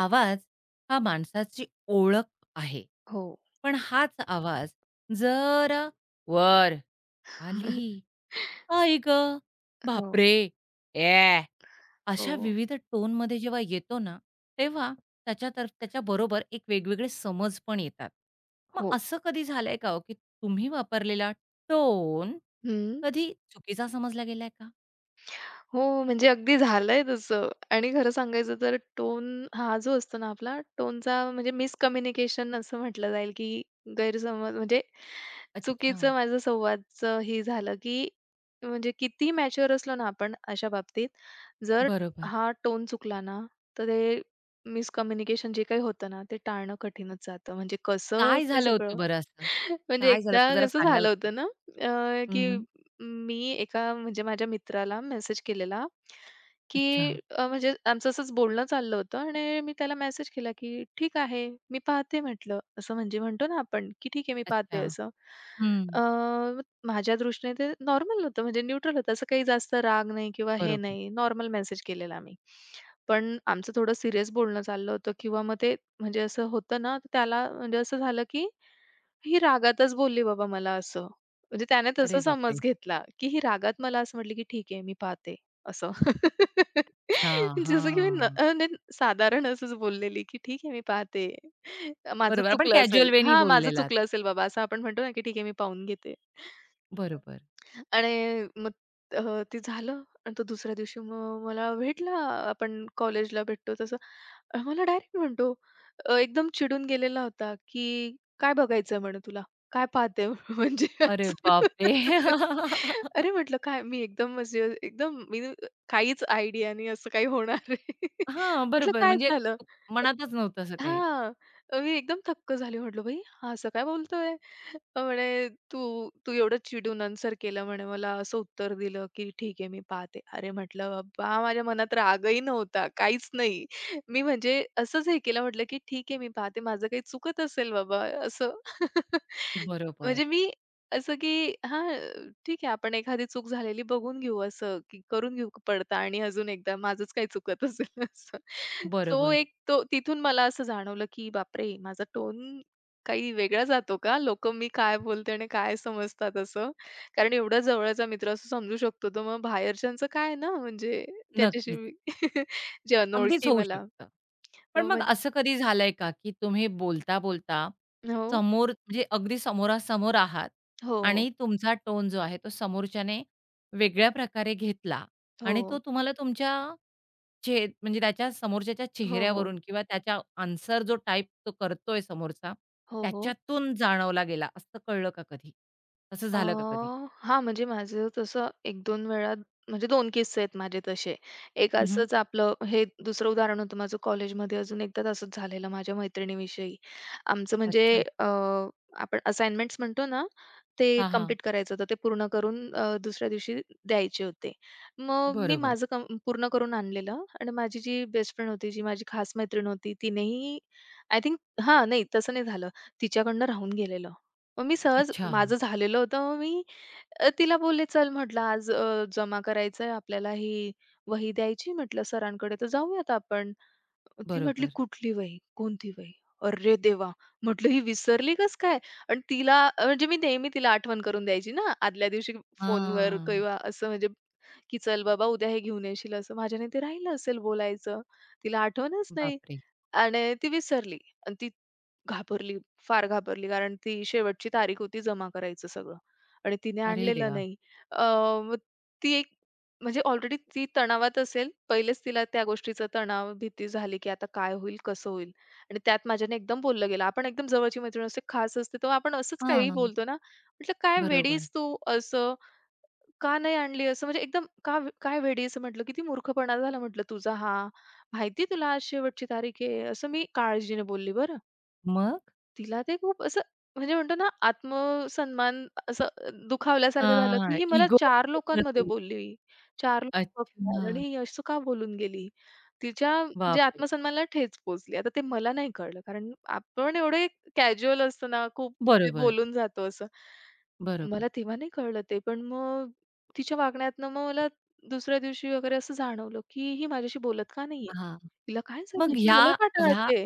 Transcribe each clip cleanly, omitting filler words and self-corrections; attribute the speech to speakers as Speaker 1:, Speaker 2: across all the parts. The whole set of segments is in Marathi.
Speaker 1: आवाज हा माणसाची ओळख आहे.
Speaker 2: हो.
Speaker 1: पण हाच आवाज जर वर, खाली, "आई गं!
Speaker 2: हो,
Speaker 1: बापरे! ए!" अशा
Speaker 2: हो,
Speaker 1: विविध टोनमध्ये जेव्हा येतो ना, तेव्हा त्याच्यातर्फ त्याच्याबरोबर एक वेगवेगळे समज पण येतात. मग
Speaker 2: हो.
Speaker 1: असं कधी झालंय का हो, की तुम्ही वापरलेला टोन
Speaker 2: हं.
Speaker 1: कधी चुकीचा समजला गेलाय का?
Speaker 2: हो, म्हणजे अगदी झालंय तसं आणि खरं सांगायचं तर टोन हा जो असतो ना आपला, टोनचा म्हणजे मिसकम्युनिकेशन असं म्हटलं जाईल, की गैरसमज म्हणजे
Speaker 1: अच्छा,
Speaker 2: चुकीचं माझं संवादचं ही झालं, की म्हणजे किती मॅच्युअर असलो ना आपण अशा बाबतीत, जर
Speaker 1: बरोबर.
Speaker 2: हा टोन चुकला ना, तर ते मिसकम्युनिकेशन जे काही होतं ना, ते टाळणं कठीणच जातं. म्हणजे कसं
Speaker 1: काय
Speaker 2: ते
Speaker 1: झालं होतं
Speaker 2: सगळं
Speaker 1: बरं असं?
Speaker 2: म्हणजे
Speaker 1: काय झालं
Speaker 2: एकदा
Speaker 1: होतं जरा
Speaker 2: कसं
Speaker 1: सांगाल
Speaker 2: झालं
Speaker 1: का?
Speaker 2: होतं ना, अ, की मी एका म्हणजे माझ्या मित्राला मेसेज केलेला,
Speaker 1: अच्छा,
Speaker 2: की म्हणजे आमचं असंच बोलणं चाललं होतं आणि मी त्याला मेसेज केला, की "ठीक आहे, मी पाहते" म्हटलं. असं म्हणजे म्हणतो ना आपण, की "ठीक आहे, मी पाहते"
Speaker 1: अच्छा.
Speaker 2: असं. अ,
Speaker 1: हं.
Speaker 2: माझ्या दृष्टीने ते नॉर्मल होतं, म्हणजे न्यूट्रल होतं. असं काही जास्त राग नाही किंवा हे
Speaker 1: बरोबर.
Speaker 2: नाही, नॉर्मल मेसेज केलेला मी. पण आमचं थोडं सीरियस बोलणं चाललं होतं किंवा मग ते म्हणजे असं होतं ना, तर त्याला म्हणजे असं झालं, की ही रागातच बोलली बाबा मला असं. म्हणजे त्याने तसा
Speaker 1: अरे
Speaker 2: समज
Speaker 1: बापरे!
Speaker 2: घेतला, की ही रागात मला असं म्हटली, की "ठीक आहे, मी पाहते," असं.
Speaker 1: अच्छा,
Speaker 2: जसं की मी न
Speaker 1: हां.
Speaker 2: न साधारण असंच बोललेली, की "ठीक आहे, मी पाहते. माझं
Speaker 1: बरोबर. आपण
Speaker 2: चुकलं असेल."
Speaker 1: कॅज्युअल वेनी
Speaker 2: हां, "माझं
Speaker 1: बोललेलात.
Speaker 2: चुकलं असेल बाबा," असं आपण म्हणतो ना, की "ठीक आहे, मी पाहून घेते."
Speaker 1: बरोबर.
Speaker 2: आणि मग अ, ते झालं आणि तो दुसऱ्या दिवशी मग मला भेटला. आपण कॉलेजला भेटतो तसं. मला डायरेक्ट म्हणतो एकदम चिडून गेलेला होता, की "काय बघायचंय?" म्हणे "तुला. काय पाहते?" म्हणजे
Speaker 1: अरे
Speaker 2: असं.
Speaker 1: बापरे!
Speaker 2: अरे म्हटलं, "काय?" मी एकदम म्हणजे एकदम मी काहीच आयडिया नाही असं काही होणार आहे.
Speaker 1: हां,
Speaker 2: म्हटलं,
Speaker 1: बरोबर.
Speaker 2: "काय
Speaker 1: म्हणजे
Speaker 2: झालं?"
Speaker 1: मनातच नव्हतं असं काही.
Speaker 2: हां. मी एकदम थक्क झाले. म्हटलं, "बाई हा असं काय बोलतोय?" म्हणे, "तू तू एवढं चिडून आन्सर केलं," म्हणे, "मला असं उत्तर दिलं, की ठीक आहे मी पाहते." अरे म्हटलं, "बाबा माझ्या मनात रागही नव्हता, काहीच नाही." मी म्हणजे असंच हे केलं म्हटलं, की "ठीक आहे मी पाहते. माझं काही चुकत असेल बाबा," असं.
Speaker 1: बरोबर,
Speaker 2: म्हणजे मी असं की हां, ठीक आहे आपण एखादी चूक झालेली बघून घेऊ असं, की करून घेऊ पडताळणी अजून एकदा माझंच काही चुकत असेल असं. तो
Speaker 1: बरोबर.
Speaker 2: एक तो तिथून मला असं जाणवलं, की बापरे! माझा टोन काही वेगळा जातो का? लोकं मी काय बोलते आणि काय समजतात असं. कारण एवढा जवळचा मित्र असं समजू शकतो, तर मग बाहेरच्यांचं काय ना म्हणजे त्याच्याशी
Speaker 1: नक्कीच.
Speaker 2: मी जे
Speaker 1: अगदीच
Speaker 2: अनोळखी
Speaker 1: होऊ
Speaker 2: मला.
Speaker 1: शकतं. पण
Speaker 2: हो,
Speaker 1: मग
Speaker 2: म्हण
Speaker 1: असं कधी झालंय का, की तुम्ही बोलता-बोलता
Speaker 2: हो.
Speaker 1: समोर म्हणजे अगदी समोरासमोर आहात
Speaker 2: हो, हो.
Speaker 1: आणि तुमचा टोन जो आहे तो समोरच्याने वेगळ्या प्रकारे घेतला
Speaker 2: हो,
Speaker 1: आणि तो
Speaker 2: हो.
Speaker 1: तुम्हाला तुमच्या चेह म्हणजे त्याच्या समोरच्याच्या
Speaker 2: हो, हो.
Speaker 1: चेहऱ्यावरून किंवा त्याच्या आन्सर जो टाइप तो करतोय समोरचा,
Speaker 2: हो, हो.
Speaker 1: त्याच्यातून जाणवला गेला असं कळलं का कधी? असं झालं का कधी?
Speaker 2: हां, म्हणजे माझं तसं एक दोन वेळा म्हणजे दोन किस्से आहेत माझे तसे. एक
Speaker 1: हं,
Speaker 2: असंच आपलं हे दुसरं उदाहरण होतं माझं कॉलेजमध्ये अजून एकदा तसंच झालेलं माझ्या मैत्रिणीविषयी. आमचं म्हणजे
Speaker 1: अच्छा.
Speaker 2: अ, आपण असाइनमेंट्स म्हणतो ना, ते
Speaker 1: हां, हां.
Speaker 2: कंप्लीट करायचं होतं. ते पूर्ण करून दुसऱ्या दिवशी द्यायचे होते. मग मी
Speaker 1: बरोबर.
Speaker 2: माझं पूर्ण करून आणलेलं आणि माझी जी बेस्ट फ्रेंड होती, जी माझी खास मैत्रीण होती, तिनेही आय थिंक हां, नाही तसं नाही झालं. तिच्याकडनं राहून गेलेलं. मग मी सहज
Speaker 1: अच्छा.
Speaker 2: माझं झालेलं होतं. मग मी तिला बोलले, "चल," म्हटलं, "आज जमा करायचंय आपल्याला ही वही द्यायची," म्हटलं, "सरांकडे तर जाऊयात आपण." ती म्हटली,
Speaker 1: बरोबर.
Speaker 2: "कुठली वही? कोणती वही?" अरे देवा! म्हटलं ही विसरली कसं काय? आणि तिला म्हणजे मी नेहमी तिला आठवण करून द्यायची ना, आदल्या दिवशी फोनवर
Speaker 1: हां.
Speaker 2: किंवा असं म्हणजे, की "चल बाबा उद्या हे घेऊन येशील" असं. माझ्याने ते राहिलं असेल बोलायचं. तिला आठवणच नाही.
Speaker 1: बापरे!
Speaker 2: आणि ती विसरली आणि ती घाबरली, फार घाबरली. कारण ती शेवटची तारीख होती जमा करायचं सगळं आणि तिने
Speaker 1: अरे
Speaker 2: आणलेलं
Speaker 1: देवा!
Speaker 2: नाही. अ, मग ती एक म्हणजे ऑलरेडी ती तणावात असेल. पहिलेच तिला त्या गोष्टीचा तणाव, भीती झाली, की आता काय होईल, कसं होईल? आणि त्यात माझ्याने एकदम बोललं गेलं. आपण एकदम जवळची मैत्रीण असते, खास असते, तेव्हा आपण असंच काहीही
Speaker 1: हां.
Speaker 2: बोलतो ना. म्हटलं, "काय वेडीच
Speaker 1: बरोबर.
Speaker 2: तू?" असं का नाही आणली असं म्हणजे एकदम का काय वेडी असं म्हटलं, "किती मूर्खपणा झाला," म्हटलं तुझा हा. "माहिती आहे तुला आज शेवटची तारीख आहे." असं मी काळजीने बोलली बरं.
Speaker 1: मग?
Speaker 2: तिला ते खूप असं म्हणजे म्हणतो ना आत्मसन्मान असं दुखावल्यासारखं झालं, की
Speaker 1: हां,
Speaker 2: ही मला
Speaker 1: इगो
Speaker 2: चार
Speaker 1: घेतलं
Speaker 2: लोकांमध्ये
Speaker 1: ते.
Speaker 2: बोलली. 4 लोकं
Speaker 1: अच्छा.
Speaker 2: बघतायत
Speaker 1: हां.
Speaker 2: आणि ही असं का बोलून गेली? तिच्या म्हणजे
Speaker 1: बापरे!
Speaker 2: आत्मसन्मानाला ठेच पोहोचली. आता ते मला नाही कळलं कारण आपण एवढे कॅज्युअल असतो ना, खूप म्हणजे
Speaker 1: बरोबर,
Speaker 2: बोलून जातो असं. मला
Speaker 1: बरोबर.
Speaker 2: तेव्हा नाही कळलं ते, पण मग तिच्या वागण्यातनं मग मला दुसऱ्या दिवशी वगैरे असं जाणवलं, की ही माझ्याशी बोलत का नाहीये?
Speaker 1: हां.
Speaker 2: तिला काय झालं?
Speaker 1: मग
Speaker 2: ही
Speaker 1: ह्या
Speaker 2: मला का
Speaker 1: ह्या
Speaker 2: टाळते?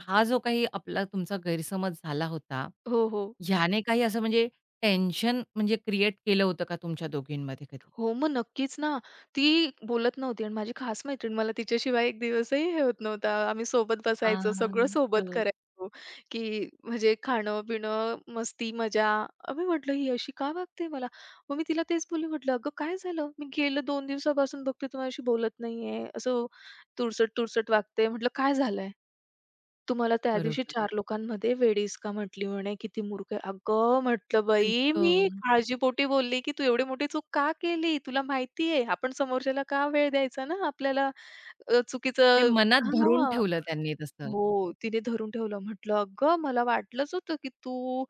Speaker 1: हा जो काही आपला तुमचा गैरसमज झाला होता,
Speaker 2: हो, हो.
Speaker 1: ह्याने काही असं म्हणजे टेन्शन म्हणजे क्रिएट केलं होतं का तुमच्या दोघींमध्ये कधी?
Speaker 2: हो, मग नक्कीच ना. ती बोलत नव्हती आणि माझी खास मैत्रीण. मला तिच्याशिवाय एक दिवसही हे होत नव्हता. आम्ही सोबत बसायचो, सगळं
Speaker 1: आई
Speaker 2: सोबत
Speaker 1: गं!
Speaker 2: करायचो, की म्हणजे खाणं-पिणं, मस्ती, मजा. मी म्हटलं, "ही अशी का वागते मला?" मग मी तिला तेच बोलली, म्हटलं, "अगं, काय झालं? मी गेलं 2 दिवसापासून बघते, तू माझ्याशी बोलत नाहीये. असं तुरसट-तुरसट वागते." म्हटलं, "काय झालंय?" तुम्हाला त्या दिवशी
Speaker 1: बरोबर.
Speaker 2: 4 लोकांमध्ये वेडीस का म्हटली म्हणे? किती मूर्ख आहे. अगं म्हटलं,
Speaker 1: आई
Speaker 2: "बाई मी
Speaker 1: गं!
Speaker 2: काळजीपोटी बोलली, की तू एवढी मोठी चूक का केली? तुला माहिती आहे आपण समोरच्याला का वेळ द्यायचा ना आपल्याला
Speaker 1: ते
Speaker 2: चुकीचं"
Speaker 1: मनात धरून
Speaker 2: हां.
Speaker 1: ठेवलं त्यांनी तसं.
Speaker 2: हो, तिने धरून ठेवलं. म्हटलं, "अगं, मला वाटलंच होतं, की तू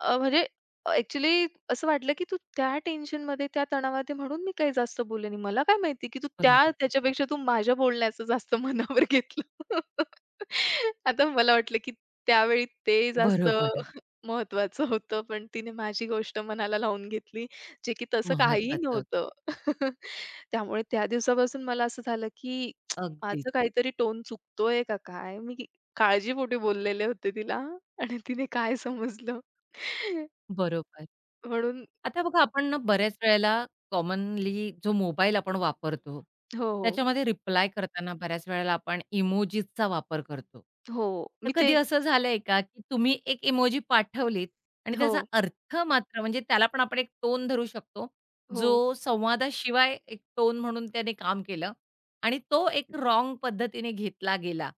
Speaker 2: म्हणजे ॲक्चुअली असं वाटलं, की तू त्या टेन्शनमध्ये, त्या तणावात आहे म्हणून मी काही जास्त बोलले नाही. मला काय माहिती, की तू त्या
Speaker 1: बरोबर.
Speaker 2: त्याच्यापेक्षा तू माझ्या बोलण्याचं जास्त मनावर घेतलं." आता मला वाटलं, की त्यावेळी ते जास्त
Speaker 1: बरोबर.
Speaker 2: महत्त्वाचं होतं, पण तिने माझी गोष्ट मनाला लावून घेतली, जे की तसं काहीही
Speaker 1: महत्वाचं.
Speaker 2: नव्हतं. त्यामुळे त्या दिवसापासून मला असं झालं, की
Speaker 1: अगदीच.
Speaker 2: माझं काहीतरी टोन चुकतोय का काय? काळजीपोटी बोललेले होते तिला आणि तिने काय समजलं
Speaker 1: बरोबर.
Speaker 2: म्हणून
Speaker 1: आता बघा आपण ना बऱ्याच वेळेला कॉमनली जो मोबाईल आपण वापरतो,
Speaker 2: हो, हो.
Speaker 1: त्याच्यामध्ये रिप्लाय करताना बऱ्याच वेळेला आपण इमोजीसचा वापर करतो.
Speaker 2: हो,
Speaker 1: तर
Speaker 2: मी ते
Speaker 1: कधी असं झालंय का, की तुम्ही एक इमोजी पाठवलीत आणि त्याचा
Speaker 2: हो,
Speaker 1: अर्थ मात्र म्हणजे त्याला पण आपण एक टोन धरू शकतो,
Speaker 2: हो.
Speaker 1: जो संवादाशिवाय एक टोन म्हणून त्याने काम केलं आणि तो एक रॉन्ग पद्धतीने घेतला गेला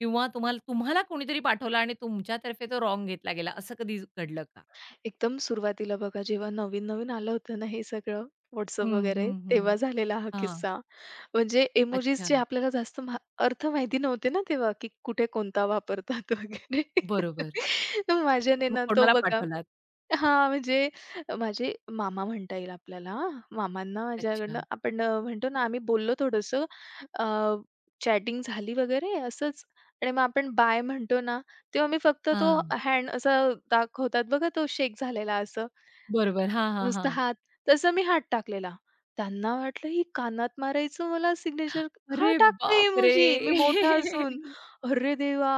Speaker 1: किंवा तुम्हाला तुम्हाला कोणीतरी पाठवला आणि तुमच्यातर्फे तो रॉन्ग घेतला गेला, असं कधी घडलं का?
Speaker 2: एकदम सुरुवातीला बघा जेव्हा नवीन-नवीन आलं होतं ना हे सगळं WhatsApp
Speaker 1: हं,
Speaker 2: वगैरे,
Speaker 1: हं,
Speaker 2: तेव्हा
Speaker 1: हं.
Speaker 2: झालेला हा
Speaker 1: हां.
Speaker 2: किस्सा. म्हणजे
Speaker 1: अच्छा.
Speaker 2: इमोजीसचे आपल्याला जास्त मा अर्थ माहिती नव्हते ना तेव्हा, की कुठे कोणता वापरतात वगैरे.
Speaker 1: बरोबर.
Speaker 2: माझ्याने
Speaker 1: मग
Speaker 2: ना तो
Speaker 1: कोणाला
Speaker 2: बघा
Speaker 1: पाठवलात?
Speaker 2: हां, म्हणजे माझे मामा म्हणता येईल आपल्याला हां. मामांना माझ्याकडनं
Speaker 1: अच्छा.
Speaker 2: आपण म्हणतो ना आम्ही बोललो थोडंसं अ, चॅटिंग झाली वगैरे असंच आणि मग आपण बाय म्हणतो ना, तेव्हा मी फक्त तो
Speaker 1: हां.
Speaker 2: हँड असा दाखवतात बघा तो शेक झालेला असं.
Speaker 1: बरोबर. हां, हां,
Speaker 2: नुसता
Speaker 1: हां.
Speaker 2: हात, तसं मी हात टाकलेला. त्यांना वाटलं ही कानात मारायचं मला सिग्नेचर का
Speaker 1: अरे
Speaker 2: टाकते
Speaker 1: बापरे!
Speaker 2: इमोजी? मी मोठा असून. अरे देवा!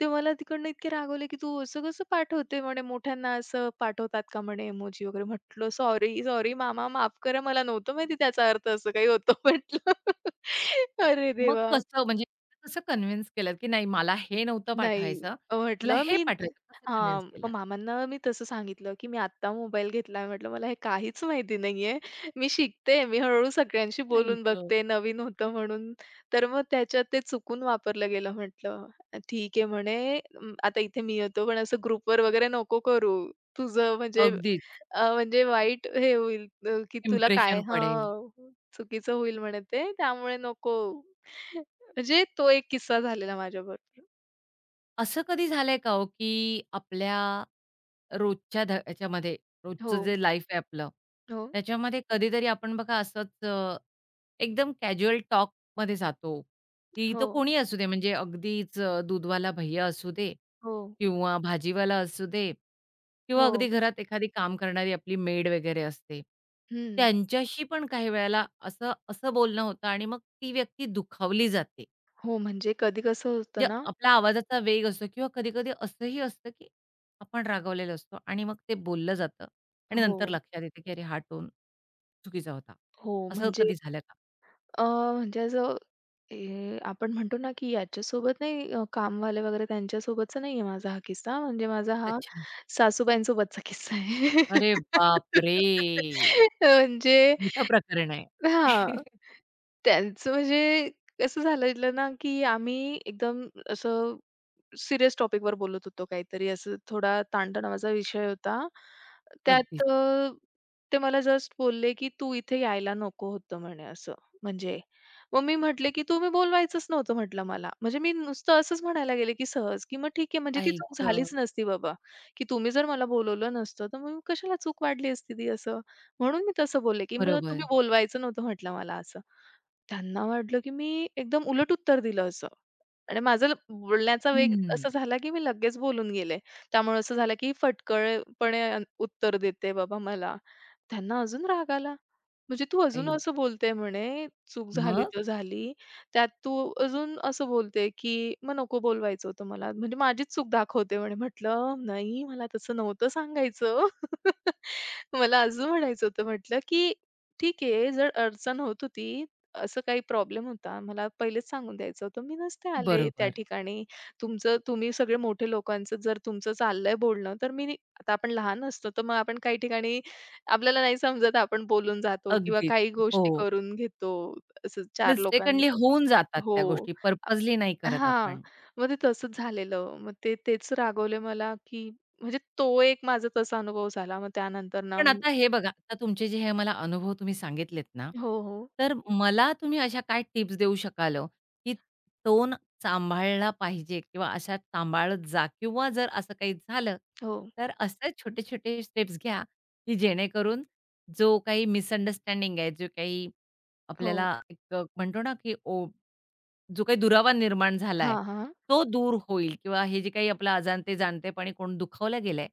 Speaker 2: ते मला तिकडनं इतके रागवले, की "तू असं कसं पाठवते?" म्हणे, "मोठ्यांना असं पाठवतात का?" म्हणे इमोजी वगैरे. म्हटलं, "सॉरी, सॉरी मामा, माफ करा. मला नव्हतं माहिती त्याचा अर्थ असं काही होतो." म्हटलं. अरे
Speaker 1: मग
Speaker 2: देवा!
Speaker 1: कसं म्हणजे कसं कन्व्हिन्स केलंत, की नाही मला हे नव्हतं
Speaker 2: नाही.
Speaker 1: पाठवायचं, मला
Speaker 2: म्हटलं
Speaker 1: हे
Speaker 2: मी
Speaker 1: पाठवायचं. कसं
Speaker 2: हां,
Speaker 1: कन्व्हिन्स
Speaker 2: मग
Speaker 1: केलं?
Speaker 2: मामांना मी तसं सांगितलं, की "मी आत्ता मोबाईल घेतलाय." म्हटलं, "मला हे काहीच माहिती नाहीये. मी शिकते. मी हळू-हळू सगळ्यांशी
Speaker 1: आई
Speaker 2: बोलून
Speaker 1: गं!
Speaker 2: बघते, नवीन होतं म्हणून." तर मग त्याच्यात ते चुकून वापरलं गेलं. म्हटलं, "ठीक आहे," म्हणे, आता इथे मी येतो, पण असं ग्रुपवर वगैरे नको करू. तुझं म्हणजे
Speaker 1: अगदीच.
Speaker 2: म्हणजे वाईट हे होईल की तुला काय"
Speaker 1: इम्प्रेशन पडेल.
Speaker 2: हां, चुकीचं होईल म्हणे ते, "त्यामुळे नको." म्हणजे तो एक किस्सा झालेला माझ्याबरोबर.
Speaker 1: असं कधी झालंय का हो, की आपल्या रोजच्या ध ह्याच्यामध्ये
Speaker 2: हो.
Speaker 1: रोजचं जे लाईफ आहे आपलं,
Speaker 2: हो,
Speaker 1: त्याच्यामध्ये कधीतरी आपण बघा असंच एकदम कॅज्युअल टॉकमध्ये जातो, की तो
Speaker 2: हो,
Speaker 1: कोणी असू दे म्हणजे अगदीच दूधवाला भैय्या असू दे
Speaker 2: हो,
Speaker 1: किंवा भाजीवाला असू दे किंवा
Speaker 2: हो.
Speaker 1: अगदी घरात एखादी काम करणारी आपली मेड वगैरे असते.
Speaker 2: हं.
Speaker 1: त्यांच्याशी पण काही वेळेला असं असं बोलणं होतं आणि मग ती व्यक्ती दुखावली जाते.
Speaker 2: हो, म्हणजे कधी कसं होतं
Speaker 1: म्हणजे
Speaker 2: ना
Speaker 1: आपला आवाजाचा वेग असतो किंवा कधी-कधी असंही असतं, की आपण रागावलेलो असतो आणि मग ते बोललं जातं आणि
Speaker 2: हो,
Speaker 1: नंतर लक्षात येतं, की अरे हा टोन चुकीचा होता.
Speaker 2: हो.
Speaker 1: असं
Speaker 2: म्हणजे
Speaker 1: कधी झालं का?
Speaker 2: अ, म्हणजे असं हे आपण म्हणतो ना, की याच्यासोबत नाही कामवाले वगैरे त्यांच्यासोबतचा नाही आहे माझा हा किस्सा. म्हणजे माझा हा
Speaker 1: अच्छा.
Speaker 2: सासूबाईंसोबतचा किस्सा आहे.
Speaker 1: अरे बापरे!
Speaker 2: म्हणजे
Speaker 1: मोठं प्रकरण आहे.
Speaker 2: हां, त्यांचं म्हणजे कसं झालेलं ना, की आम्ही एकदम असं सीरियस टॉपिकवर बोलत होतो काहीतरी असं थोडा ताणतणावाचा विषय होता. त्यात
Speaker 1: अगदीच.
Speaker 2: ते मला जस्ट बोलले, की "तू इथे यायला नको होतं" म्हणे असं. म्हणजे मग मी म्हटले, की "तुम्ही बोलवायचंच नव्हतं" म्हटलं मला. म्हणजे मी नुसतं असंच म्हणायला गेले, की सहज, की "मग ठीक आहे, म्हणजे ती
Speaker 1: आई
Speaker 2: चूक
Speaker 1: गं!
Speaker 2: झालीच नसती बाबा, की तुम्ही जर मला बोलवलं नसतं, तर मग कशाला चूक वाढली असती ती असं." म्हणून मी तसं बोलले, की "मग तुम्ही
Speaker 1: बरोबर.
Speaker 2: बोलवायचं नव्हतं" म्हटलं मला असं. त्यांना वाटलं, की मी एकदम उलट उत्तर दिलं असं. आणि माझं बोलण्याचा वेग
Speaker 1: हं.
Speaker 2: असा झाला, की मी लगेच बोलून गेले. त्यामुळे असं झालं, की फटकळपणे उत्तर देते बाबा मला. त्यांना अजून राग आला. म्हणजे तू अजून
Speaker 1: आई!
Speaker 2: असं बोलते म्हणे, चूक हं. झाली
Speaker 1: मग?
Speaker 2: तर झाली. त्यात तू अजून असं बोलते, की "मग नको बोलवायचं होतं मला. म्हणजे माझीच चूक दाखवते" म्हणे. म्हटलं, "नाही, मला तसं नव्हतं सांगायचं. मला अजून म्हणायचं होतं." म्हटलं, की "ठीक आहे, जर अडचण होत होती, असं काही प्रॉब्लेम होता, मला पहिलेच सांगून द्यायचं होतं. मी नसते आले त्या
Speaker 1: बरोबर.
Speaker 2: ठिकाणी. तुमचं तुम्ही सगळे मोठे लोकांचं जर तुमचं चाललंय बोलणं, तर मी आता आपण लहान असतो, तर मग आपण काही ठिकाणी आपल्याला नाही समजत आपण बोलून जातो किंवा
Speaker 1: अगदीच.
Speaker 2: काही गोष्टी
Speaker 1: हो.
Speaker 2: करून घेतो असं 4
Speaker 1: मिस्टेकनली
Speaker 2: लोकांमध्ये.
Speaker 1: होऊन जातात
Speaker 2: हो.
Speaker 1: त्या गोष्टी पर्पजली नाही
Speaker 2: अ,
Speaker 1: करत
Speaker 2: हां.
Speaker 1: आपण.
Speaker 2: मग ते तसंच झालेलं. मग ते तेच रागवले मला, की म्हणजे तो एक माझा तसा अनुभव झाला. मग त्यानंतर ना
Speaker 1: पण
Speaker 2: मी-
Speaker 1: आता हे बघा, आता तुमचे जे हे मला अनुभव तुम्ही सांगितलेत ना,
Speaker 2: हो, हो.
Speaker 1: तर मला तुम्ही अशा काय टिप्स देऊ शकाल ओ, की टोन सांभाळला पाहिजे किंवा अशा सांभाळत जा किंवा जर असं काही झालं,
Speaker 2: हो,
Speaker 1: तर असे छोटे-छोटे स्टेप्स घ्या, की जेणेकरून जो काही मिसअंडरस्टँडिंग आहे, जो काही
Speaker 2: हो.
Speaker 1: आपल्याला एक म्हणतो ना, की ओ जो काही दुरावा निर्माण झालाय,
Speaker 2: हां, हां.
Speaker 1: तो दूर होईल किंवा हे जे काही आपलं अजाणते-जाणतेपणी कोण दुखावलं गेलंय,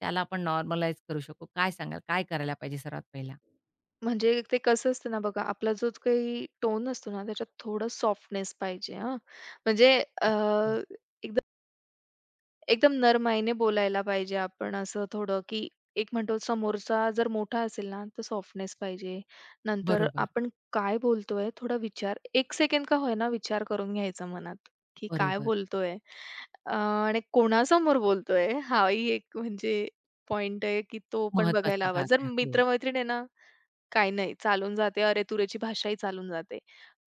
Speaker 1: त्याला आपण नॉर्मलाईज करू शकू. काय सांगाल? काय करायला पाहिजे सर्वात पहिला?
Speaker 2: म्हणजे ते कसं असतं ना बघा, आपला जो काही टोन असतो ना त्याच्यात थोडं सॉफ्टनेस पाहिजे हां. म्हणजे
Speaker 1: अच्छा.
Speaker 2: एकदम नरमाईने बोलायला पाहिजे आपण असं थोडं, की एक म्हणतो समोरचा जर मोठा असेल ना, तर सॉफ्टनेस पाहिजे. नंतर
Speaker 1: बरोबर.
Speaker 2: आपण काय बोलतोय थोडा विचार एक सेकंड का होईना विचार करून घ्यायचा मनात, की काय
Speaker 1: बरोबर.
Speaker 2: बोलतोय? आणि कोणासमोर बोलतोय? हाही एक म्हणजे पॉइंट आहे, की तो पण
Speaker 1: महत्वाचा
Speaker 2: बघायला हवा.
Speaker 1: भाग
Speaker 2: जर
Speaker 1: आहे. हो.
Speaker 2: मित्र आहे ना, काही नाही, चालून जाते. अरे अरेतुरेची भाषाही चालून जाते.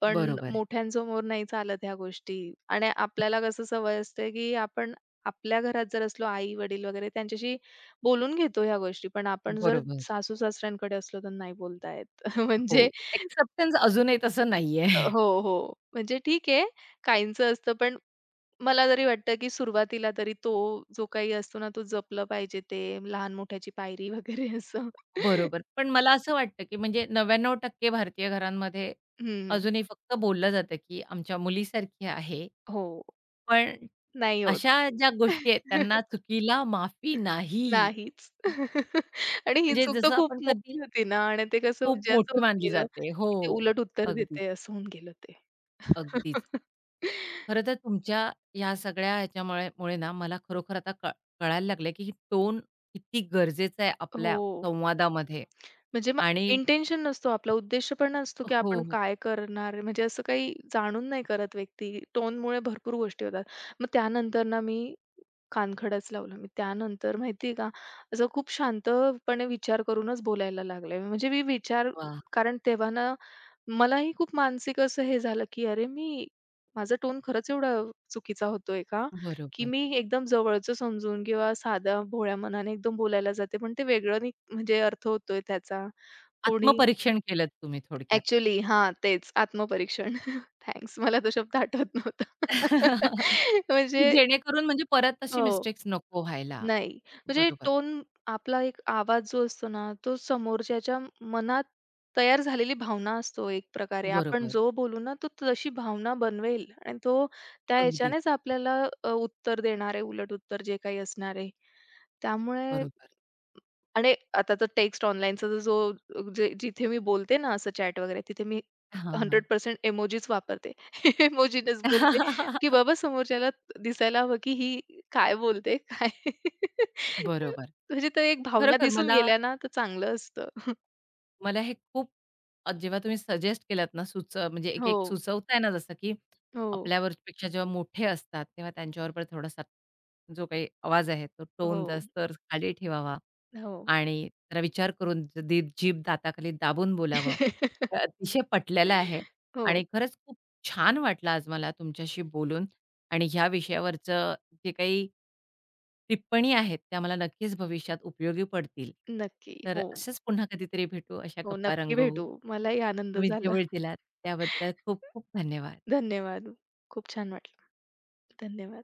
Speaker 2: पण
Speaker 1: बरोबर आहे.
Speaker 2: मोठ्यांसमोर नाही चालत ह्या गोष्टी आणि आपल्याला कसं सवय असते, की आपण आपल्या घरात जर असलो आई-वडील वगैरे त्यांच्याशी बोलून घेतो ह्या गोष्टी. पण आपण जर
Speaker 1: बरोबर.
Speaker 2: सासू-सासऱ्यांकडे असलो तर नाही बोलता येत.
Speaker 1: हो.
Speaker 2: म्हणजे
Speaker 1: एक्सेप्टन्स अजूनही तसं नाहीये.
Speaker 2: हो, हो. म्हणजे ठीक आहे, काहींचं असतं. पण मला तरी वाटतं, की सुरुवातीला तरी तो जो काही असतो ना, तो जपलं पाहिजे ते लहान-मोठ्याची पायरी वगैरे असं.
Speaker 1: बरोबर. पण मला असं वाटतं, की म्हणजे 99% भारतीय घरांमध्ये
Speaker 2: हं,
Speaker 1: अजूनही फक्त बोललं जातं, की आमच्या मुलीसारखी आहे.
Speaker 2: हो.
Speaker 1: पण
Speaker 2: नाही होत.
Speaker 1: अशा ज्या गोष्टी आहेत त्यांना चुकीला माफी नाही.
Speaker 2: नाहीच. आणि ही
Speaker 1: म्हणजे
Speaker 2: चूक तर
Speaker 1: जसं आपण
Speaker 2: खूप
Speaker 1: कधी
Speaker 2: मोठी होती ना आणि ते कसं
Speaker 1: खूप
Speaker 2: म्हणजे असं
Speaker 1: मोठी
Speaker 2: होऊन
Speaker 1: मानली
Speaker 2: गेलं,
Speaker 1: जाते. हो.
Speaker 2: की ते उलट उत्तर
Speaker 1: अगदीच,
Speaker 2: देते असं होऊन गेलं ते.
Speaker 1: अगदीच. खरं तर तुमच्या या सगळ्या ह्याच्यामुळे मुळे ना मला खरोखर आता कळ कळायला लागलं, की टोन किती गरजेचा आहे
Speaker 2: हो.
Speaker 1: आपल्या संवादामध्ये.
Speaker 2: म्हणजे मग
Speaker 1: आणि
Speaker 2: इंटेन्शन नसतो आपला उद्देश पण नसतो, की आपण
Speaker 1: हो.
Speaker 2: काय करणार आहे म्हणजे असं काही जाणून नाही करत व्यक्ती. टोनमुळे भरपूर गोष्टी होतात. मग त्यानंतर ना मी कानखडच लावला. मी त्यानंतर माहिती आहे का, असं खूप शांतपणे विचार करूनच बोलायला लागले. म्हणजे मी विचार
Speaker 1: वाह!
Speaker 2: कारण तेव्हा ना मलाही खूप मानसिक असं हे झालं, की अरे मी माझा टोन खरंच एवढा चुकीचा होतोय का? की
Speaker 1: बरोबर.
Speaker 2: मी एकदम जवळचं समजून किंवा साधा भोळ्या मनाने एकदम बोलायला जाते, पण ते वेगळं नि म्हणजे अर्थ होतोय त्याचा. कोणी
Speaker 1: आत्मपरीक्षण केलंत तुम्ही थोडक्यात.
Speaker 2: ॲक्चुअली हां, तेच आत्मपरीक्षण. थँक्स. मला तो शब्द आठवत नव्हता.
Speaker 1: की
Speaker 2: म्हणजे
Speaker 1: जेणेकरून म्हणजे परत तशी
Speaker 2: हो.
Speaker 1: मिस्टेक्स नको व्हायला.
Speaker 2: नाही. म्हणजे
Speaker 1: बरोबर,
Speaker 2: टोन आपला एक आवाज जो असतो ना, तो समोरच्याच्या मनात तयार झालेली भावना असतो एक प्रकारे. आपण
Speaker 1: बरोबर.
Speaker 2: जो बोलू ना, तो तशी भावना बनवेल आणि तो त्या
Speaker 1: अगदीच.
Speaker 2: ह्याच्यानेच आपल्याला उत्तर देणार आहे, उलट उत्तर जे काही असणार आहे. त्यामुळे
Speaker 1: बरोबर.
Speaker 2: आणि आता तर टेक्स्ट ऑनलाईनचा जो जे जिथे मी बोलते ना असं चॅट वगैरे, तिथे मी
Speaker 1: हां, हां.
Speaker 2: 100% इमोजीच वापरते. इमोजीनच बोलते, की बाबा समोरच्याला दिसायला हवं, की ही काय बोलते काय
Speaker 1: बरोबर.
Speaker 2: म्हणजे तर एक भावना
Speaker 1: खरोखर
Speaker 2: दिसून
Speaker 1: मला
Speaker 2: गेल्या ना, तर चांगलं असतं.
Speaker 1: मला हे खूप जेव्हा तुम्ही सजेस्ट केलात ना, सुच म्हणजे
Speaker 2: हो,
Speaker 1: एक-एक सुचवताय ना, जसं की
Speaker 2: हो,
Speaker 1: आपल्यावर पेक्षा जेव्हा मोठे असतात, तेव्हा त्यांच्यावर पण थोडासा जो काही आवाज आहे, तो
Speaker 2: हो,
Speaker 1: टोन जास्त खाली ठेवावा
Speaker 2: हो.
Speaker 1: आणि जरा विचार करून ज- दी जीभ दाताखाली दाबून बोलावं. हे अतिशय पटलेलं आहे
Speaker 2: हो,
Speaker 1: आणि खरंच खूप छान वाटलं आज मला तुमच्याशी बोलून आणि ह्या विषयावरचं जे काही टिप्पणी आहेत, त्या मला नक्कीच भविष्यात उपयोगी पडतील.
Speaker 2: नक्की.
Speaker 1: तर
Speaker 2: हो,
Speaker 1: असंच पुन्हा कधीतरी भेटू, अशा
Speaker 2: हो,
Speaker 1: गप्पा
Speaker 2: नक्की
Speaker 1: रंगवू.
Speaker 2: भेटू. मलाही आनंद
Speaker 1: तुम्ही जे
Speaker 2: झाला.
Speaker 1: वेळ दिलात त्याबद्दल खूप खूप धन्यवाद.
Speaker 2: धन्यवाद. खूप छान वाटलं. धन्यवाद.